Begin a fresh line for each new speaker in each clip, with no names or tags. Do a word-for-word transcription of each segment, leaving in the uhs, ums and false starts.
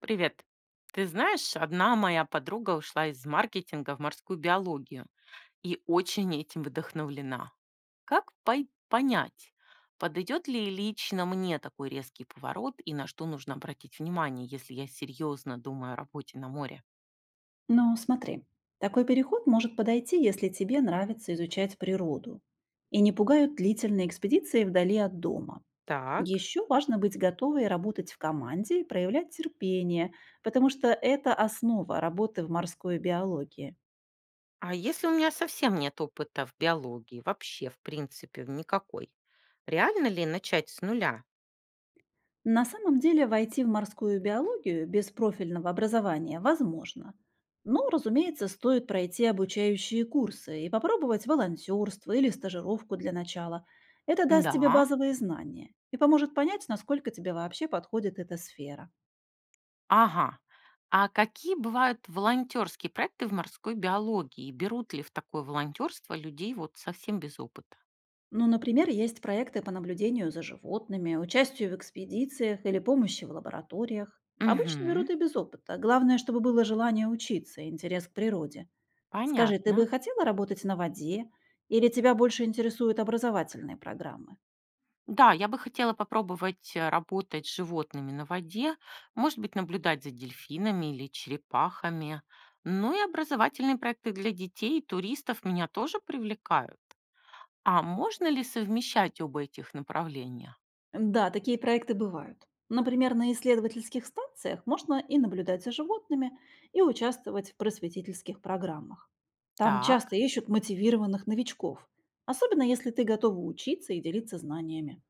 Привет. Ты знаешь, одна моя подруга ушла из маркетинга в морскую биологию и очень этим вдохновлена. Как пой- понять, подойдет ли лично мне такой резкий поворот и на что нужно обратить внимание, если я серьезно думаю о работе на море?
Но смотри, такой переход может подойти, если тебе нравится изучать природу и не пугают длительные экспедиции вдали от дома.
Так,
Еще важно быть готовой работать в команде и проявлять терпение, потому что это основа работы в морской биологии.
а если у меня совсем нет опыта в биологии, вообще, в принципе, в никакой, реально ли начать с нуля?
На самом деле войти в морскую биологию без профильного образования возможно. Но, разумеется, стоит пройти обучающие курсы и попробовать волонтерство или стажировку для начала. Это даст тебе
Да,
базовые знания и поможет понять, насколько тебе вообще подходит эта сфера.
ага. А какие бывают волонтерские проекты в морской биологии? Берут ли в такое волонтерство людей вот совсем без опыта?
Ну, например, есть проекты по наблюдению за животными, участию в экспедициях или помощи в лабораториях. Обычно
Мгм,
берут и без опыта. Главное, чтобы было желание учиться и интерес к природе. Скажи, ты бы
понятно.
хотела работать на воде или тебя больше интересуют образовательные программы?
Да, я бы хотела попробовать э, работать с животными на воде, может быть, наблюдать за дельфинами или черепахами. Ну и образовательные проекты для детей и туристов меня тоже привлекают. А можно ли совмещать оба этих направления?
Да, такие проекты бывают. Например, на исследовательских станциях можно и наблюдать за животными, и участвовать в просветительских программах. Там
Так,
часто ищут мотивированных новичков, особенно если ты готова учиться и делиться знаниями.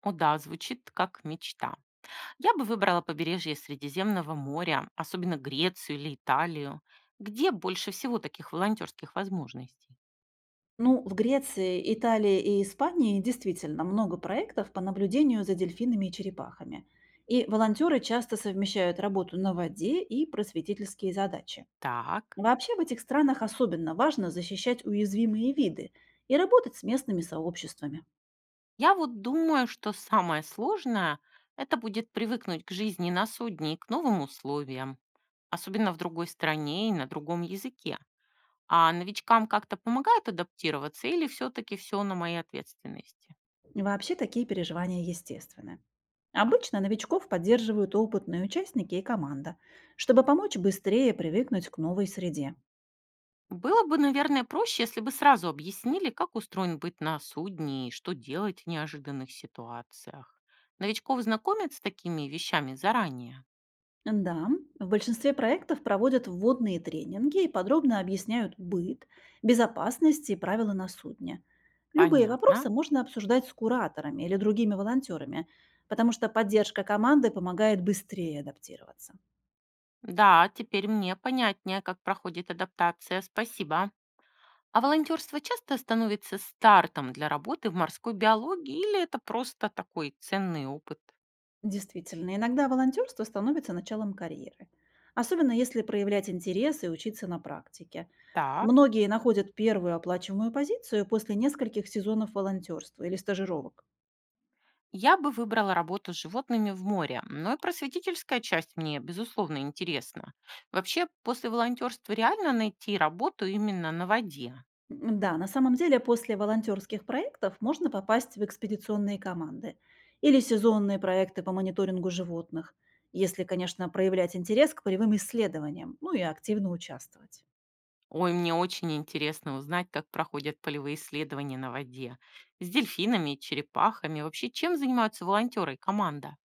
о да, звучит как мечта. Я бы выбрала побережье Средиземного моря, особенно Грецию или Италию, где больше всего таких волонтерских возможностей.
Ну, в Греции, Италии и Испании действительно много проектов по наблюдению за дельфинами и черепахами. И волонтеры часто совмещают работу на воде и просветительские задачи.
Так,
Вообще в этих странах особенно важно защищать уязвимые виды и работать с местными сообществами.
я вот думаю, что самое сложное– это будет привыкнуть к жизни на судне и к новым условиям, особенно в другой стране и на другом языке. А новичкам как-то помогает адаптироваться или все-таки все на моей ответственности?
И вообще такие переживания естественны. Обычно новичков поддерживают опытные участники и команда, чтобы помочь быстрее привыкнуть к новой среде.
Было бы, наверное, проще, если бы сразу объяснили, как устроен быт на судне и что делать в неожиданных ситуациях. Новичков знакомят с такими вещами заранее.
Да, в большинстве проектов проводят вводные тренинги и подробно объясняют быт, безопасность и правила на судне. Любые
Понятно.
вопросы можно обсуждать с кураторами или другими волонтерами, потому что поддержка команды помогает быстрее адаптироваться.
Да, теперь мне понятнее, как проходит адаптация. Спасибо. А волонтерство часто становится стартом для работы в морской биологии или это просто такой ценный опыт?
Действительно, иногда волонтерство становится началом карьеры, особенно если проявлять интерес и учиться на практике.
Так.
Многие находят первую оплачиваемую позицию после нескольких сезонов волонтерства или стажировок.
Я бы выбрала работу с животными в море, но и просветительская часть мне, безусловно, интересна. Вообще, после волонтерства реально найти работу именно на воде?
М, Да, на самом деле после волонтерских проектов можно попасть в экспедиционные команды или сезонные проекты по мониторингу животных, если, конечно, проявлять интерес к полевым исследованиям, ну и активно участвовать.
Ой, мне очень интересно узнать, как проходят полевые исследования на воде. С дельфинами, черепахами. Вообще, чем занимаются волонтеры и команда?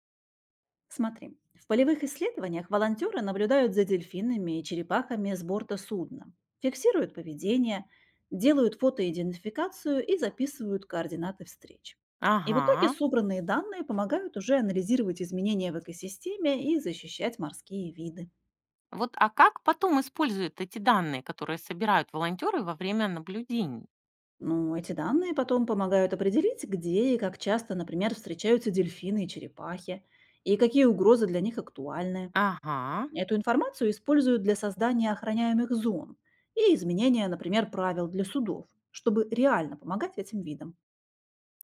Смотри, в полевых исследованиях волонтеры наблюдают за дельфинами и черепахами с борта судна, фиксируют поведение, делают фотоидентификацию и записывают координаты встреч. И в итоге
Ага.
собранные данные помогают уже анализировать изменения в экосистеме и защищать морские виды.
Вот, а как потом используют эти данные, которые собирают волонтеры во время наблюдений?
Ну, эти данные потом помогают определить, где и как часто, например, встречаются дельфины и черепахи, и какие угрозы для них актуальны.
Ага.
Эту информацию используют для создания охраняемых зон и изменения, например, правил для судов, чтобы реально помогать этим видам.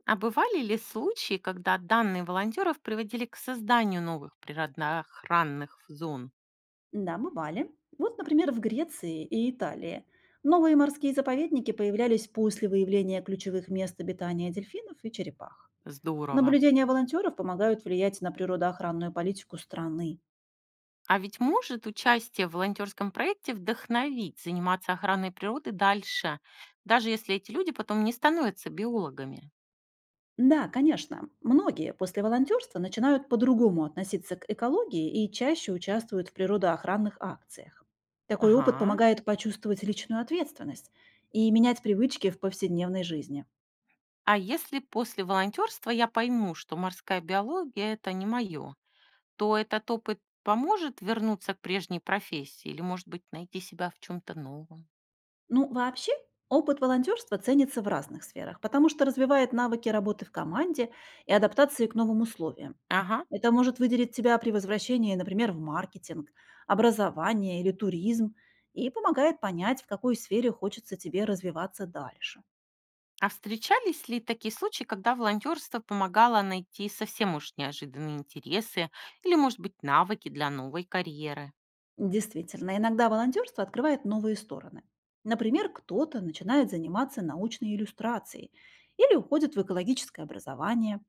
А бывали ли случаи, когда данные волонтеров приводили к созданию новых природоохранных зон?
Да, бывали. Вот, например, в Греции и Италии. Новые морские заповедники появлялись после выявления ключевых мест обитания дельфинов и черепах.
Здорово.
Наблюдения волонтеров помогают влиять на природоохранную политику страны.
А ведь может участие в волонтерском проекте вдохновить заниматься охраной природы дальше, даже если эти люди потом не становятся биологами?
Да, конечно. Многие после волонтерства начинают по-другому относиться к экологии и чаще участвуют в природоохранных акциях. Такой опыт
Ага.
помогает почувствовать личную ответственность и менять привычки в повседневной жизни.
А если после волонтерства я пойму, что морская биология это не мое, то этот опыт поможет вернуться к прежней профессии или, может быть, найти себя в чем-то новом?
Ну, вообще, опыт волонтерства ценится в разных сферах, потому что развивает навыки работы в команде и адаптации к новым условиям.
Ага.
Это может выделить тебя при возвращении, например, в маркетинг, образование или туризм, и помогает понять, в какой сфере хочется тебе развиваться дальше.
А встречались ли такие случаи, когда волонтерство помогало найти совсем уж неожиданные интересы или, может быть, навыки для новой карьеры?
Действительно, иногда волонтерство открывает новые стороны. Например, кто-то начинает заниматься научной иллюстрацией или уходит в экологическое образование.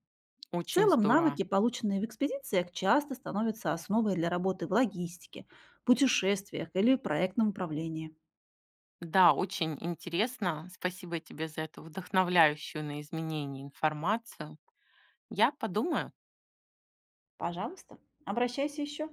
В
Очень
целом,
здорово.
навыки, полученные в экспедициях, часто становятся основой для работы в логистике, путешествиях или проектном управлении.
Да, очень интересно. Спасибо тебе за эту вдохновляющую на изменение информацию. Я подумаю.
Пожалуйста, обращайся еще.